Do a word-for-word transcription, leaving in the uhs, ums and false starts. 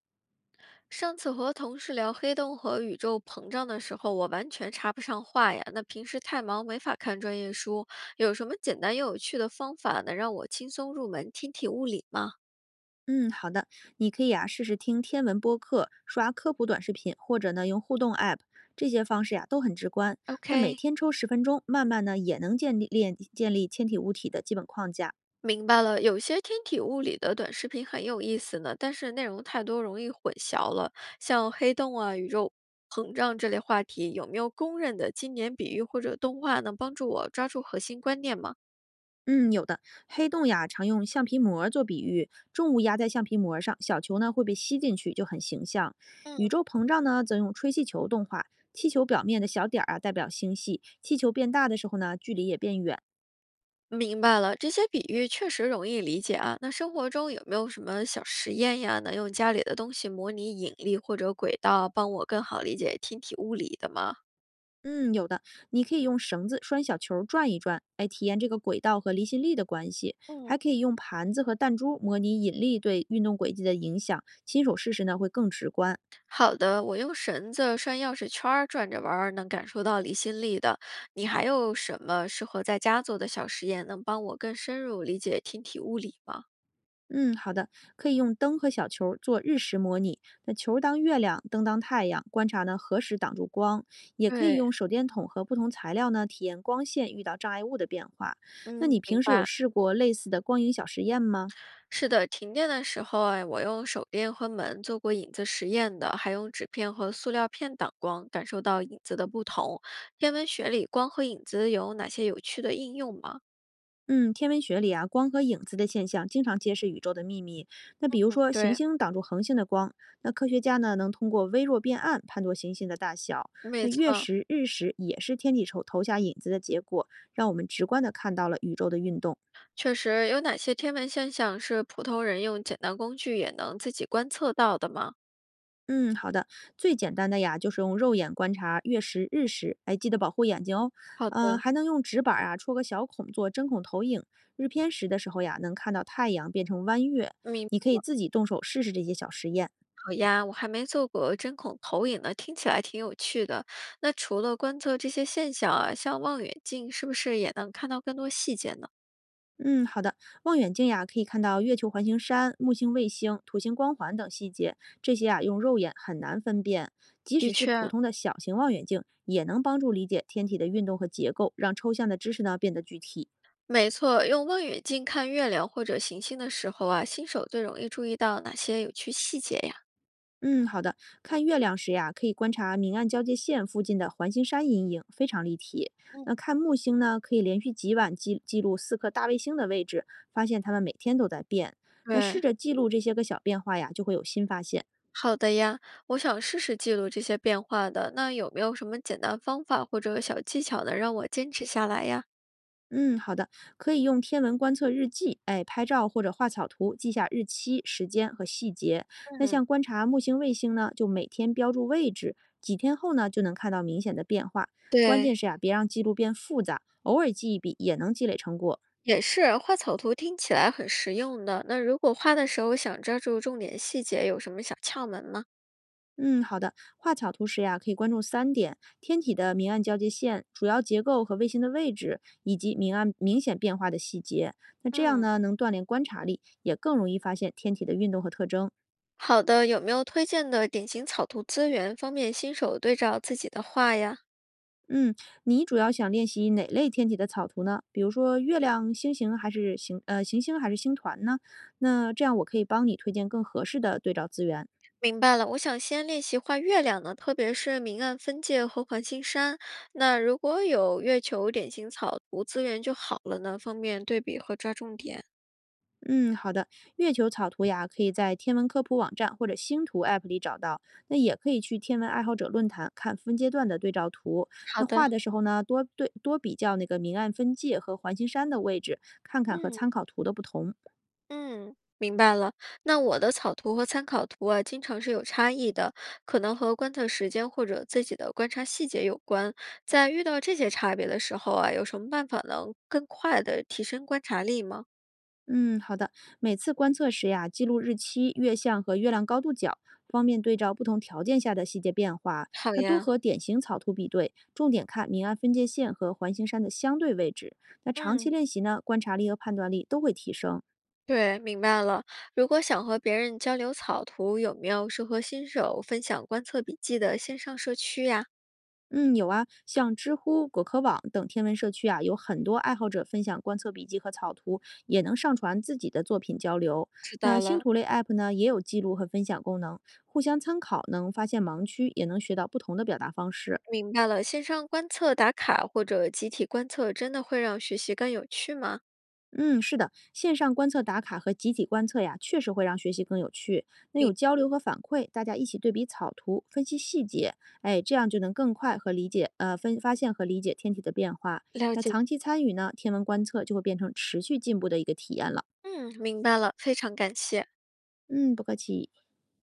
上次和同事聊黑洞和宇宙膨胀的时候，我完全插不上话呀。那平时太忙，没法看专业书，有什么简单又有趣的方法能让我轻松入门天体物理吗嗯，好的，你可以啊试试听天文播客、刷科普短视频，或者呢用互动 App，这些方式呀、都很直观。那每？OK，天抽十分钟，慢慢呢也能建立练建立天体物体的基本框架。明白了。有些天体物理的短视频很有意思呢，但是内容太多，容易混淆了。像黑洞啊、宇宙膨胀这类话题，有没有公认的经典比喻或者动画能帮助我抓住核心观念吗？嗯，有的黑洞呀，常用橡皮膜儿做比喻，重物压在橡皮膜儿上，小球呢会被吸进去，就很形象。宇嗯。宙膨胀呢，则用吹气球动画，气球表面的小点儿啊代表星系，气球变大的时候呢，距离也变远。明白了，这些比喻确实容易理解啊。那生活中有没有什么小实验呀，能用家里的东西模拟引力或者轨道，帮我更好理解天体物理的吗？嗯，有的，你可以用绳子拴小球儿转一转，来体验这个轨道和离心力的关系。嗯，还可以用盘子和弹珠模拟引力对运动轨迹的影响，亲手试试呢会更直观。好的，我用绳子拴钥匙圈儿转着玩儿，能感受到离心力的。你还有什么适合在家做的小实验，能帮我更深入理解天体物理吗？嗯，好的，可以用灯和小球儿做日食模拟，那球儿当月亮，灯当太阳，观察呢何时挡住光。也可以对，用手电筒和不同材料呢体验光线遇到障碍物的变化。那嗯，你明平时有白。试过类似的光影小实验吗？是的，停电的时候，哎，我用手电和门做过影子实验的，还用纸片和塑料片挡光，感受到影子的不同。天文学里，光和影子有哪些有趣的应用吗？嗯，天文学里啊，光和影子的现象经常揭示宇宙的秘密。那比如说，行对，星挡住恒星的光，那科学家呢能通过微弱变暗判断行星的大小。那没错，月食、日食也是天体投投下影子的结果，让我们直观的看到了宇宙的运动。确实有哪些天文现象是普通人用简单工具也能自己观测到的吗？嗯，好的，最简单的呀，就是用肉眼观察月食、日食，哎，记得保护眼睛哦。好嗯，的，还能用纸板儿啊戳个小孔做针孔投影，日偏食的时候呀，能看到太阳变成弯月。明你可白以自己动手试试这些小实验。好呀，我还没做过针孔投影呢，听起来挺有趣的。那除了观测这些现象啊，像望远镜是不是也能看到更多细节呢？嗯，好的。望远镜呀，可以看到月球环形山、木星卫星、土星光环等细节，这些啊用肉眼很难分辨。即的使是普确，通的小型望远镜，也能帮助理解天体的运动和结构，让抽象的知识呢变得具体。没错，用望远镜看月亮或者行星的时候啊，新手最容易注意到哪些有趣细节呀？嗯，好的。看月亮时呀，可以观察明暗交界线附近的环形山阴影，非常立体。嗯，那看木星呢，可以连续几晚记记录四颗大卫星的位置，发现它们每天都在变。那试对，着记录这些个小变化呀，就会有新发现。好的呀，我想试试记录这些变化的。那有没有什么简单方法或者小技巧能让我坚持下来呀？嗯，好的，可以用天文观测日记，哎，拍照或者画草图，记下日期、时间和细节。那嗯，像观察木星、卫星呢，就每天标注位置，几天后呢就能看到明显的变化。关键对，是呀、别让记录变复杂，偶尔记一笔也能积累成果。也是，画草图听起来很实用的。那如果画的时候想抓住重点细节，有什么小窍门吗？嗯，好的。画草图时呀、可以关注三点：天体的明暗交界线、主要结构和卫星的位置，以及明暗明显变化的细节。那这样嗯，呢，能锻炼观察力，也更容易发现天体的运动和特征。好的，有没有推荐的典型草图资源，方便新手对照自己的画呀？嗯，你主要想练习哪类天体的草图呢？比如说月亮、星星还是星呃行星还是星团呢？那这样我可以帮你推荐更合适的对照资源。明白了，我想先练习画月亮呢，特别是明暗分界和环形山。那如果有月球典型草图资源就好了呢，方便对比和抓重点。嗯，好的。月球草图呀，可以在天文科普网站或者星图 App 里找到。那也可以去天文爱好者论坛看分阶段的对照图。好那画的，的时候呢，多对多比较那个明暗分界和环形山的位置，看看和嗯参考图的不同。嗯，明白了。那我的草图和参考图啊，经常是有差异的，可能和观测时间或者自己的观察细节有关。在遇到这些差别的时候啊，有什么办法能更快的提升观察力吗？嗯，好的。每次观测时呀，记录日期、月相和月亮高度角，方便对照不同条件下的细节变化。好那多呀，和典型草图比对，重点看明暗分界线和环形山的相对位置。那长期嗯。练习呢，观察力和判断力都会提升。对，明白了。如果想和别人交流草图，有没有适合新手分享观测笔记的线上社区呀？嗯，有啊，像知乎、果壳网等天文社区啊，有很多爱好者分享观测笔记和草图，也能上传自己的作品交流。知那道星了，图类 App 呢，也有记录和分享功能，互相参考，能发现盲区，也能学到不同的表达方式。明白了，线上观测打卡或者集体观测，真的会让学习更有趣吗？嗯，是的，线上观测打卡和集体观测呀，确实会让学习更有趣。那有交流和反馈，大家一起对比草图，分析细节，哎，这样就能更快和理解，呃，分发现和理解天体的变化。了那解。长期参与呢，天文观测就会变成持续进步的一个体验了。嗯，明白了，非常感谢。嗯，不客气。